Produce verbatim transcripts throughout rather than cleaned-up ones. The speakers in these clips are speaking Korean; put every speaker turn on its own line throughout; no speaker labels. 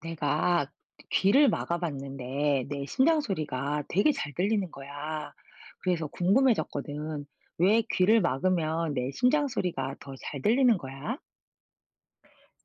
내가 귀를 막아봤는데 내 심장 소리가 되게 잘 들리는 거야. 그래서 궁금해졌거든. 왜 귀를 막으면 내 심장 소리가 더 잘 들리는 거야?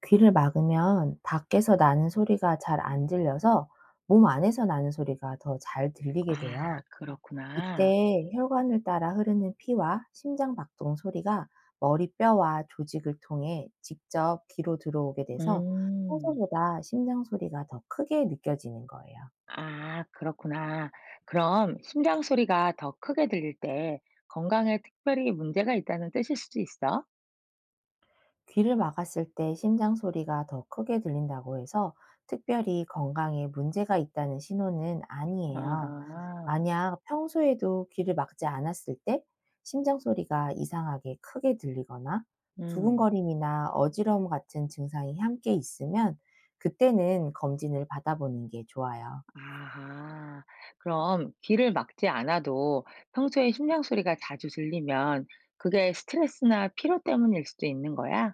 귀를 막으면 밖에서 나는 소리가 잘 안 들려서 몸 안에서 나는 소리가 더 잘 들리게
아,
돼요.
그렇구나.
이때 혈관을 따라 흐르는 피와 심장 박동 소리가 머리뼈와 조직을 통해 직접 귀로 들어오게 돼서
음,
평소보다 심장 소리가 더 크게 느껴지는 거예요.
아, 그렇구나. 그럼 심장 소리가 더 크게 들릴 때 건강에 특별히 문제가 있다는 뜻일 수도 있어?
귀를 막았을 때 심장 소리가 더 크게 들린다고 해서 특별히 건강에 문제가 있다는 신호는 아니에요.
아하,
만약 평소에도 귀를 막지 않았을 때 심장 소리가 이상하게 크게 들리거나
음.
두근거림이나 어지러움 같은 증상이 함께 있으면 그때는 검진을 받아보는 게 좋아요.
아. 그럼 귀를 막지 않아도 평소에 심장 소리가 자주 들리면 그게 스트레스나 피로 때문일 수도 있는 거야?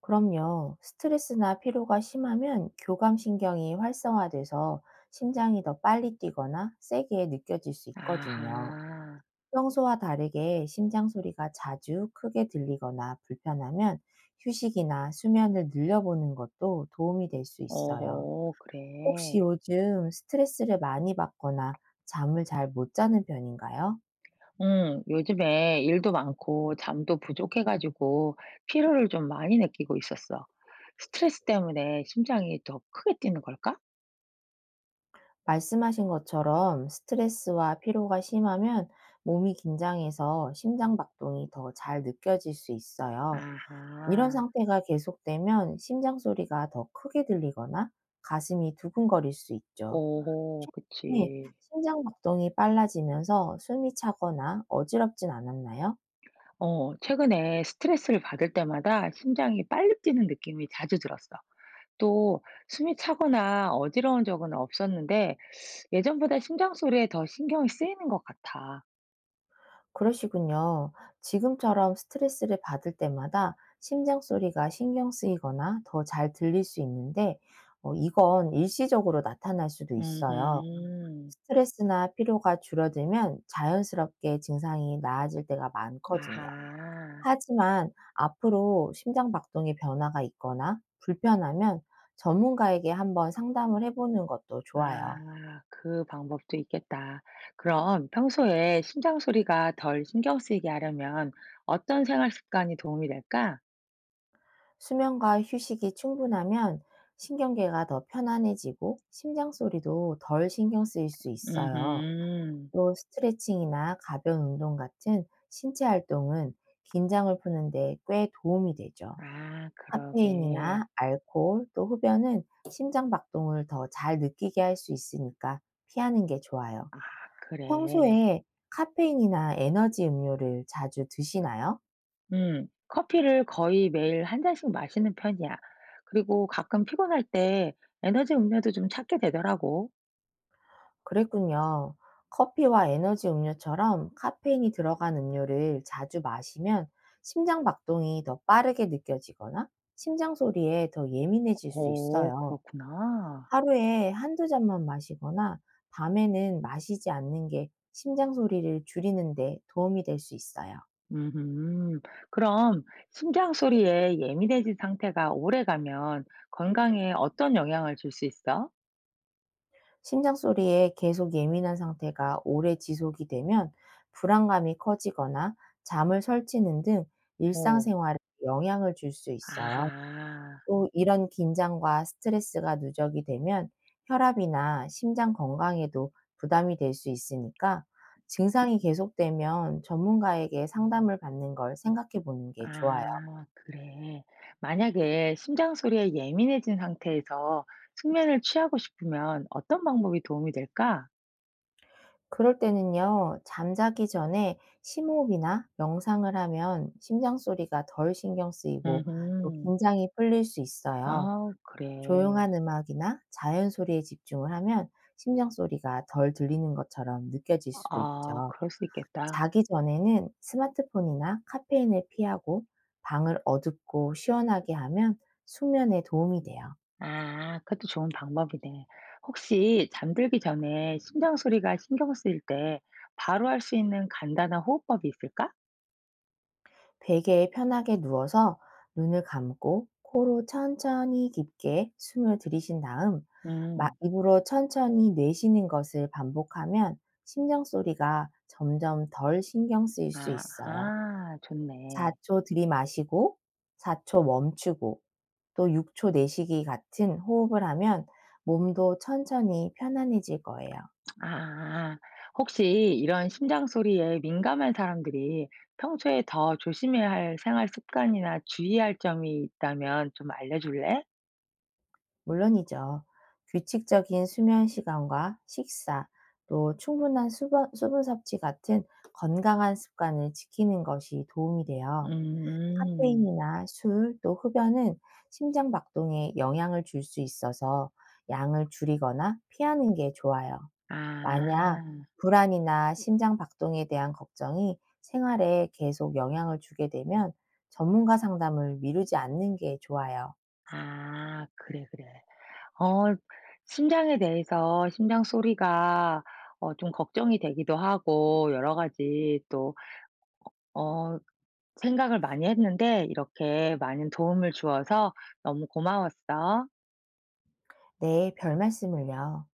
그럼요. 스트레스나 피로가 심하면 교감신경이 활성화돼서 심장이 더 빨리 뛰거나 세게 느껴질 수 있거든요.
아하.
평소와 다르게 심장 소리가 자주 크게 들리거나 불편하면 휴식이나 수면을 늘려보는 것도 도움이 될 수
어호
있어요. 혹시
그래.
요즘 스트레스를 많이 받거나 잠을 잘 못 자는 편인가요?
응. 요즘에 일도 많고 잠도 부족해 가지고 피로를 좀 많이 느끼고 있었어. 스트레스 때문에 심장이 더 크게 뛰는 걸까?
말씀하신 것처럼 스트레스와 피로가 심하면 몸이 긴장해서 심장박동이 더 잘 느껴질 수 있어요. 이런
아하.
상태가 계속되면 심장 소리가 더 크게 들리거나 가슴이 두근거릴 수 있죠.
오호
네.
그치.
심장 박동이 빨라지면서 숨이 차거나 어지럽진 않았나요?
어, 최근에 스트레스를 받을 때마다 심장이 빨리 뛰는 느낌이 자주 들었어. 또 숨이 차거나 어지러운 적은 없었는데 예전보다 심장 소리에 더 신경이 쓰이는 것 같아.
그러시군요. 지금처럼 스트레스를 받을 때마다 심장 소리가 신경 쓰이거나 더 잘 들릴 수 있는데 어 이건 일시적으로 나타날 수도 있어요.
음,
스트레스나 피로가 줄어들면 자연스럽게 증상이 나아질 때가 많거든요.
아하,
하지만 앞으로 심장 박동의 변화가 있거나 불편하면 전문가에게 한번 상담을 해 보는 것도 좋아요.
아, 그 방법도 있겠다. 그럼 평소에 심장 소리가 덜 신경 쓰이게 하려면 어떤 생활 습관이 도움이 될까?
수면과 휴식이 충분하면 신경계가 더 편안해지고 심장 소리도 덜 신경 쓰일 수 있어요.
음,
또 스트레칭이나 가벼운 운동 같은 신체 활동은 긴장을 푸는데 꽤 도움이 되죠.
아, 그러게.
카페인이나 알코올 또 흡연은 심장 박동을 더 잘 느끼게 할 수 있으니까 피하는 게 좋아요.
아, 그래.
평소에 카페인이나 에너지 음료를 자주 드시나요?
음. 커피를 거의 매일 한 잔씩 마시는 편이야. 그리고 가끔 피곤할 때 에너지 음료도 좀 찾게 되더라고.
그랬군요. 커피와 에너지 음료처럼 카페인이 들어간 음료를 자주 마시면 심장 박동이 더 빠르게 느껴지거나 심장 소리에 더 예민해질 수
오,
있어요.
그렇구나.
하루에 한두 잔만 마시거나 밤에는 마시지 않는 게 심장 소리를 줄이는 데 도움이 될 수 있어요.
음 그럼 심장 소리에 예민해진 상태가 오래가면 건강에 어떤 영향을 줄 수 있어?
심장 소리에 계속 예민한 상태가 오래 지속이 되면 불안감이 커지거나 잠을 설치는 등
오.
일상생활에 영향을 줄 수 있어요.
아.
또 이런 긴장과 스트레스가 누적이 되면 혈압이나 심장 건강에도 부담이 될 수 있으니까 증상이 계속되면 전문가에게 상담을 받는 걸 생각해 보는 게 좋아요.
아, 그래. 만약에 심장 소리에 예민해진 상태에서 숙면을 취하고 싶으면 어떤 방법이 도움이 될까?
그럴 때는요, 잠자기 전에 심호흡이나 명상을 하면 심장 소리가 덜 신경 쓰이고 또
음.
긴장이 풀릴 수 있어요.
아, 그래.
조용한 음악이나 자연 소리에 집중을 하면 심장 소리가 덜 들리는 것처럼 느껴질 수도
아,
있죠.
그럴 수 있겠다.
자기 전에는 스마트폰이나 카페인을 피하고 방을 어둡고 시원하게 하면 숙면에 도움이 돼요.
아, 그것도 좋은 방법이네. 혹시 잠들기 전에 심장 소리가 신경 쓰일 때 바로 할 수 있는 간단한 호흡법이 있을까?
베개에 편하게 누워서 눈을 감고 코로 천천히 깊게 숨을 들이신 다음 마-
음.
입으로 천천히 내쉬는 것을 반복하면 심장 소리가 점점 덜 신경 쓰일 수
아,
있어요.
아,
4
좋네.
초 들이마시고 사 초 멈추고 또 육 초 내쉬기 같은 호흡을 하면 몸도 천천히 편안해질 거예요.
아아. 혹시 이런 심장 소리에 민감한 사람들이 평소에 더 조심해야 할 생활 습관이나 주의할 점이 있다면 좀 알려 줄래?
물론이죠. 규칙적인 수면 시간과 식사 또 충분한 수분 수분 섭취 같은 건강한 습관을 지키는 것이 도움이 돼요.
음.
카페인이나 술 또 흡연은 심장 박동에 영향을 줄 수 있어서 양을 줄이거나 피하는 게 좋아요. 만약
아.
불안이나 심장 박동에 대한 걱정이 생활에 계속 영향을 주게 되면 전문가 상담을 미루지 않는 게 좋아요.
아, 그래, 그래. 어 심장에 대해서 심장 소리가 어 좀 걱정이 되기도 하고 여러 가지 또 어 생각을 많이 했는데 이렇게 많은 도움을 주어서 너무 고마웠어.
네, 별 말씀을요.